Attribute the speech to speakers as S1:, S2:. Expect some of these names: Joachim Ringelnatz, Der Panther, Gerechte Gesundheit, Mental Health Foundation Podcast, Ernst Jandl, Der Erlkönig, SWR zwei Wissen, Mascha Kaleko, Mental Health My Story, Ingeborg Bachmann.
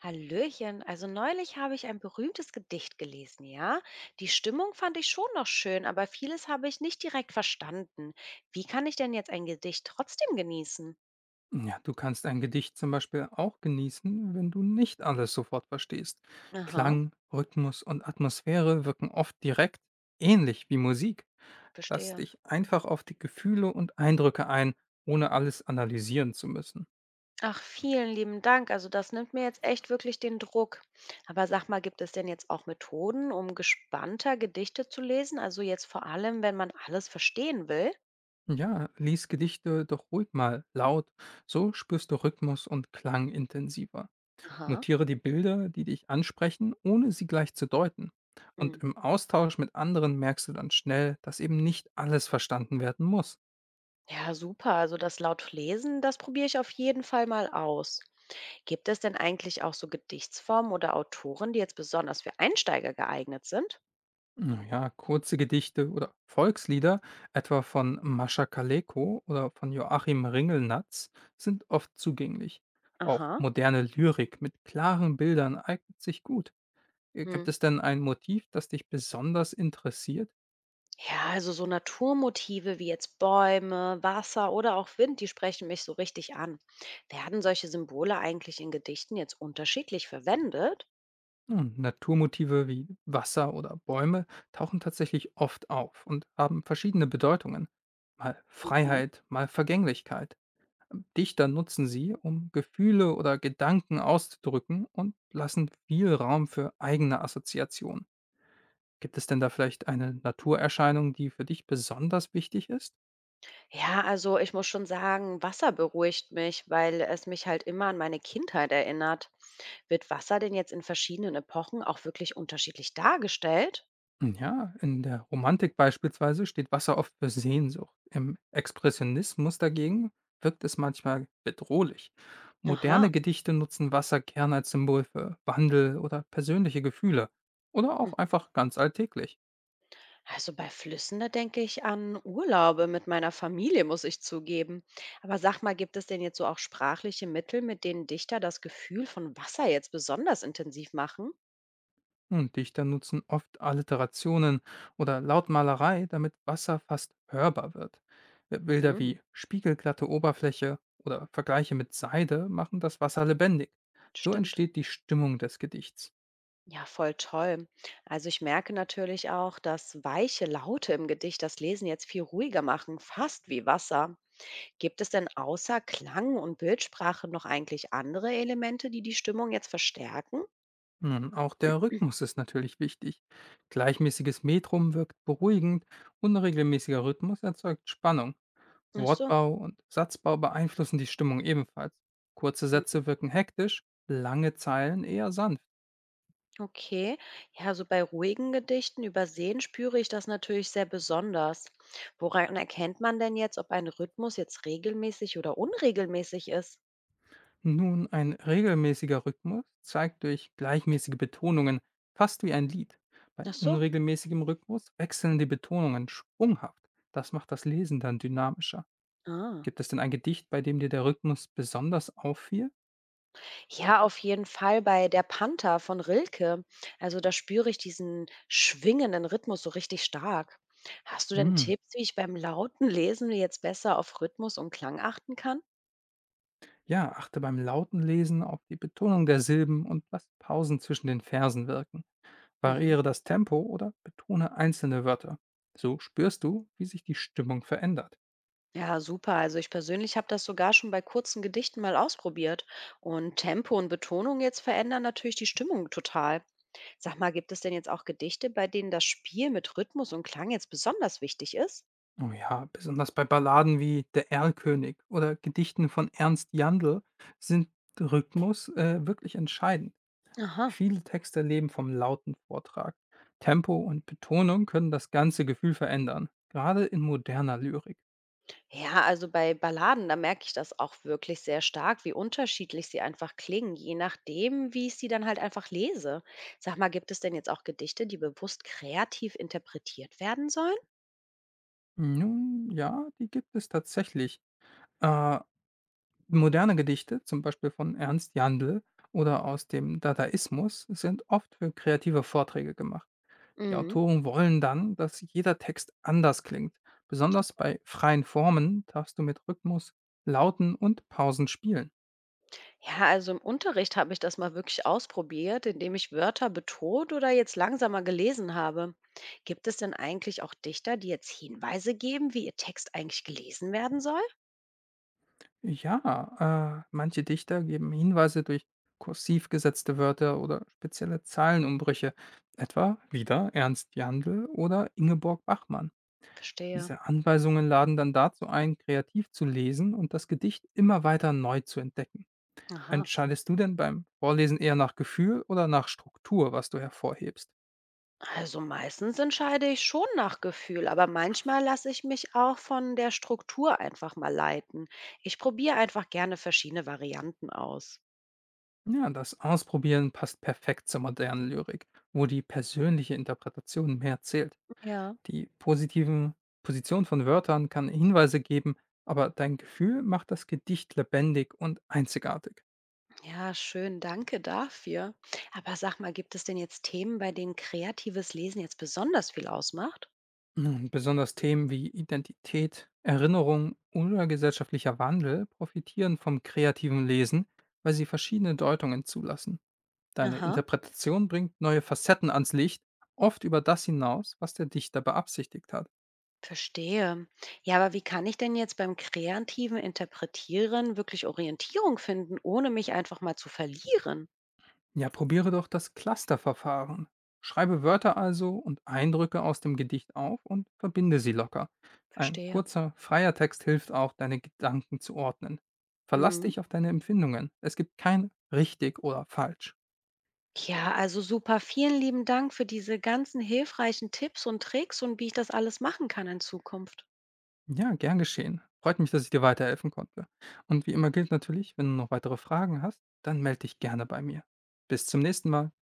S1: Hallöchen, also neulich habe ich ein berühmtes Gedicht gelesen, ja? Die Stimmung fand ich schon noch schön, aber vieles habe ich nicht direkt verstanden. Wie kann ich denn jetzt ein Gedicht trotzdem genießen?
S2: Ja, du kannst ein Gedicht zum Beispiel auch genießen, wenn du nicht alles sofort verstehst.
S1: Aha,
S2: Klang, Rhythmus und Atmosphäre wirken oft direkt, ähnlich wie Musik. Lass
S1: verstehe.
S2: dich einfach auf die Gefühle und Eindrücke ein, ohne alles analysieren zu müssen.
S1: Ach, vielen lieben Dank. Also das nimmt mir jetzt echt wirklich den Druck. Aber sag mal, gibt es denn jetzt auch Methoden, um gespannter Gedichte zu lesen? Also jetzt vor allem, wenn man alles verstehen will?
S2: Ja, lies Gedichte doch ruhig mal laut, so spürst du Rhythmus und Klang intensiver.
S1: Aha.
S2: Notiere die Bilder, die dich ansprechen, ohne sie gleich zu deuten. Und
S1: Mm.
S2: im Austausch mit anderen merkst du dann schnell, dass eben nicht alles verstanden werden muss.
S1: Ja, super. Also das laut lesen, das probiere ich auf jeden Fall mal aus. Gibt es denn eigentlich auch so Gedichtsformen oder Autoren, die jetzt besonders für Einsteiger geeignet sind?
S2: Naja, kurze Gedichte oder Volkslieder, etwa von Mascha Kaleko oder von Joachim Ringelnatz, sind oft zugänglich. Auch
S1: Aha.
S2: moderne Lyrik mit klaren Bildern eignet sich gut. Gibt
S1: Hm.
S2: es denn ein Motiv, das dich besonders interessiert?
S1: Ja, also so Naturmotive wie jetzt Bäume, Wasser oder auch Wind, die sprechen mich so richtig an. Werden solche Symbole eigentlich in Gedichten jetzt unterschiedlich verwendet?
S2: Nun, Naturmotive wie Wasser oder Bäume tauchen tatsächlich oft auf und haben verschiedene Bedeutungen. Mal
S1: Mhm.
S2: Freiheit, mal Vergänglichkeit. Dichter nutzen sie, um Gefühle oder Gedanken auszudrücken und lassen viel Raum für eigene Assoziationen. Gibt es denn da vielleicht eine Naturerscheinung, die für dich besonders wichtig ist?
S1: Ja, also ich muss schon sagen, Wasser beruhigt mich, weil es mich halt immer an meine Kindheit erinnert. Wird Wasser denn jetzt in verschiedenen Epochen auch wirklich unterschiedlich dargestellt?
S2: Hm, ja, in der Romantik beispielsweise steht Wasser oft für Sehnsucht. Im Expressionismus dagegen wirkt es manchmal bedrohlich.
S1: Aha.
S2: Moderne Gedichte nutzen Wasser gern als Symbol für Wandel oder persönliche Gefühle oder auch einfach ganz alltäglich.
S1: Also bei Flüssen, da denke ich an Urlaube mit meiner Familie, muss ich zugeben. Aber sag mal, gibt es denn jetzt so auch sprachliche Mittel, mit denen Dichter das Gefühl von Wasser jetzt besonders intensiv machen?
S2: Und Dichter nutzen oft Alliterationen oder Lautmalerei, damit Wasser fast hörbar wird. Bilder
S1: Hm,
S2: wie spiegelglatte Oberfläche oder Vergleiche mit Seide machen das Wasser lebendig. So
S1: stimmt.
S2: entsteht die Stimmung des Gedichts.
S1: Ja, voll toll. Also ich merke natürlich auch, dass weiche Laute im Gedicht das Lesen jetzt viel ruhiger machen, fast wie Wasser. Gibt es denn außer Klang und Bildsprache noch eigentlich andere Elemente, die die Stimmung jetzt verstärken?
S2: Nun, auch der Rhythmus ist natürlich wichtig. Gleichmäßiges Metrum wirkt beruhigend, unregelmäßiger Rhythmus erzeugt Spannung.
S1: Ach so.
S2: Wortbau und Satzbau beeinflussen die Stimmung ebenfalls. Kurze Sätze wirken hektisch, lange Zeilen eher sanft.
S1: Okay, ja, so bei ruhigen Gedichten übersehen spüre ich das natürlich sehr besonders. Woran erkennt man denn jetzt, ob ein Rhythmus jetzt regelmäßig oder unregelmäßig ist?
S2: Nun, ein regelmäßiger Rhythmus zeigt durch gleichmäßige Betonungen fast wie ein Lied. Bei
S1: Ach so.
S2: unregelmäßigem Rhythmus wechseln die Betonungen sprunghaft. Das macht das Lesen dann dynamischer.
S1: Ah.
S2: Gibt es denn ein Gedicht, bei dem dir der Rhythmus besonders auffiel?
S1: Ja, auf jeden Fall bei Der Panther von Rilke. Also da spüre ich diesen schwingenden Rhythmus so richtig stark. Hast du denn
S2: Hm.
S1: Tipps, wie ich beim lauten Lesen jetzt besser auf Rhythmus und Klang achten kann?
S2: Ja, achte beim lauten Lesen auf die Betonung der Silben und lass Pausen zwischen den Versen wirken.
S1: Mhm.
S2: Variere das Tempo oder betone einzelne Wörter. So spürst du, wie sich die Stimmung verändert.
S1: Ja, super. Also ich persönlich habe das sogar schon bei kurzen Gedichten mal ausprobiert. Und Tempo und Betonung jetzt verändern natürlich die Stimmung total. Sag mal, gibt es denn jetzt auch Gedichte, bei denen das Spiel mit Rhythmus und Klang jetzt besonders wichtig ist?
S2: Oh ja, besonders bei Balladen wie Der Erlkönig oder Gedichten von Ernst Jandl sind Rhythmus wirklich entscheidend.
S1: Aha.
S2: Viele Texte leben vom lauten Vortrag. Tempo und Betonung können das ganze Gefühl verändern, gerade in moderner Lyrik.
S1: Ja, also bei Balladen, da merke ich das auch wirklich sehr stark, wie unterschiedlich sie einfach klingen, je nachdem, wie ich sie dann halt einfach lese. Sag mal, gibt es denn jetzt auch Gedichte, die bewusst kreativ interpretiert werden sollen?
S2: Nun ja, die gibt es tatsächlich. Äh, Moderne Gedichte, zum Beispiel von Ernst Jandl oder aus dem Dadaismus, sind oft für kreative Vorträge gemacht. Die
S1: Mhm.
S2: Autoren wollen dann, dass jeder Text anders klingt. Besonders bei freien Formen darfst du mit Rhythmus, Lauten und Pausen spielen.
S1: Ja, also im Unterricht habe ich das mal wirklich ausprobiert, indem ich Wörter betont oder jetzt langsamer gelesen habe. Gibt es denn eigentlich auch Dichter, die jetzt Hinweise geben, wie ihr Text eigentlich gelesen werden soll?
S2: Ja, manche Dichter geben Hinweise durch kursiv gesetzte Wörter oder spezielle Zeilenumbrüche, etwa wieder Ernst Jandl oder Ingeborg Bachmann.
S1: Verstehe.
S2: Diese Anweisungen laden dann dazu ein, kreativ zu lesen und das Gedicht immer weiter neu zu entdecken.
S1: Aha.
S2: Entscheidest du denn beim Vorlesen eher nach Gefühl oder nach Struktur, was du hervorhebst?
S1: Also meistens entscheide ich schon nach Gefühl, aber manchmal lasse ich mich auch von der Struktur einfach mal leiten. Ich probiere einfach gerne verschiedene Varianten aus.
S2: Ja, das Ausprobieren passt perfekt zur modernen Lyrik, wo die persönliche Interpretation mehr zählt.
S1: Ja.
S2: Die positiven Position von Wörtern kann Hinweise geben, aber dein Gefühl macht das Gedicht lebendig und einzigartig.
S1: Ja, schön, danke dafür. Aber sag mal, gibt es denn jetzt Themen, bei denen kreatives Lesen jetzt besonders viel ausmacht?
S2: Nun, besonders Themen wie Identität, Erinnerung oder gesellschaftlicher Wandel profitieren vom kreativen Lesen, weil sie verschiedene Deutungen zulassen. Deine
S1: Aha,
S2: Interpretation bringt neue Facetten ans Licht, oft über das hinaus, was der Dichter beabsichtigt hat.
S1: verstehe. Ja, aber wie kann ich denn jetzt beim kreativen Interpretieren wirklich Orientierung finden, ohne mich einfach mal zu verlieren?
S2: Ja, probiere doch das Clusterverfahren. Schreibe Wörter also und Eindrücke aus dem Gedicht auf und verbinde sie locker. Ein
S1: Verstehe.
S2: kurzer, freier Text hilft auch, deine Gedanken zu ordnen. Verlass
S1: Mhm.
S2: dich auf deine Empfindungen. Es gibt kein richtig oder falsch.
S1: Ja, also super. Vielen lieben Dank für diese ganzen hilfreichen Tipps und Tricks und wie ich das alles machen kann in Zukunft.
S2: Ja, gern geschehen. Freut mich, dass ich dir weiterhelfen konnte. Und wie immer gilt natürlich, wenn du noch weitere Fragen hast, dann melde dich gerne bei mir. Bis zum nächsten Mal.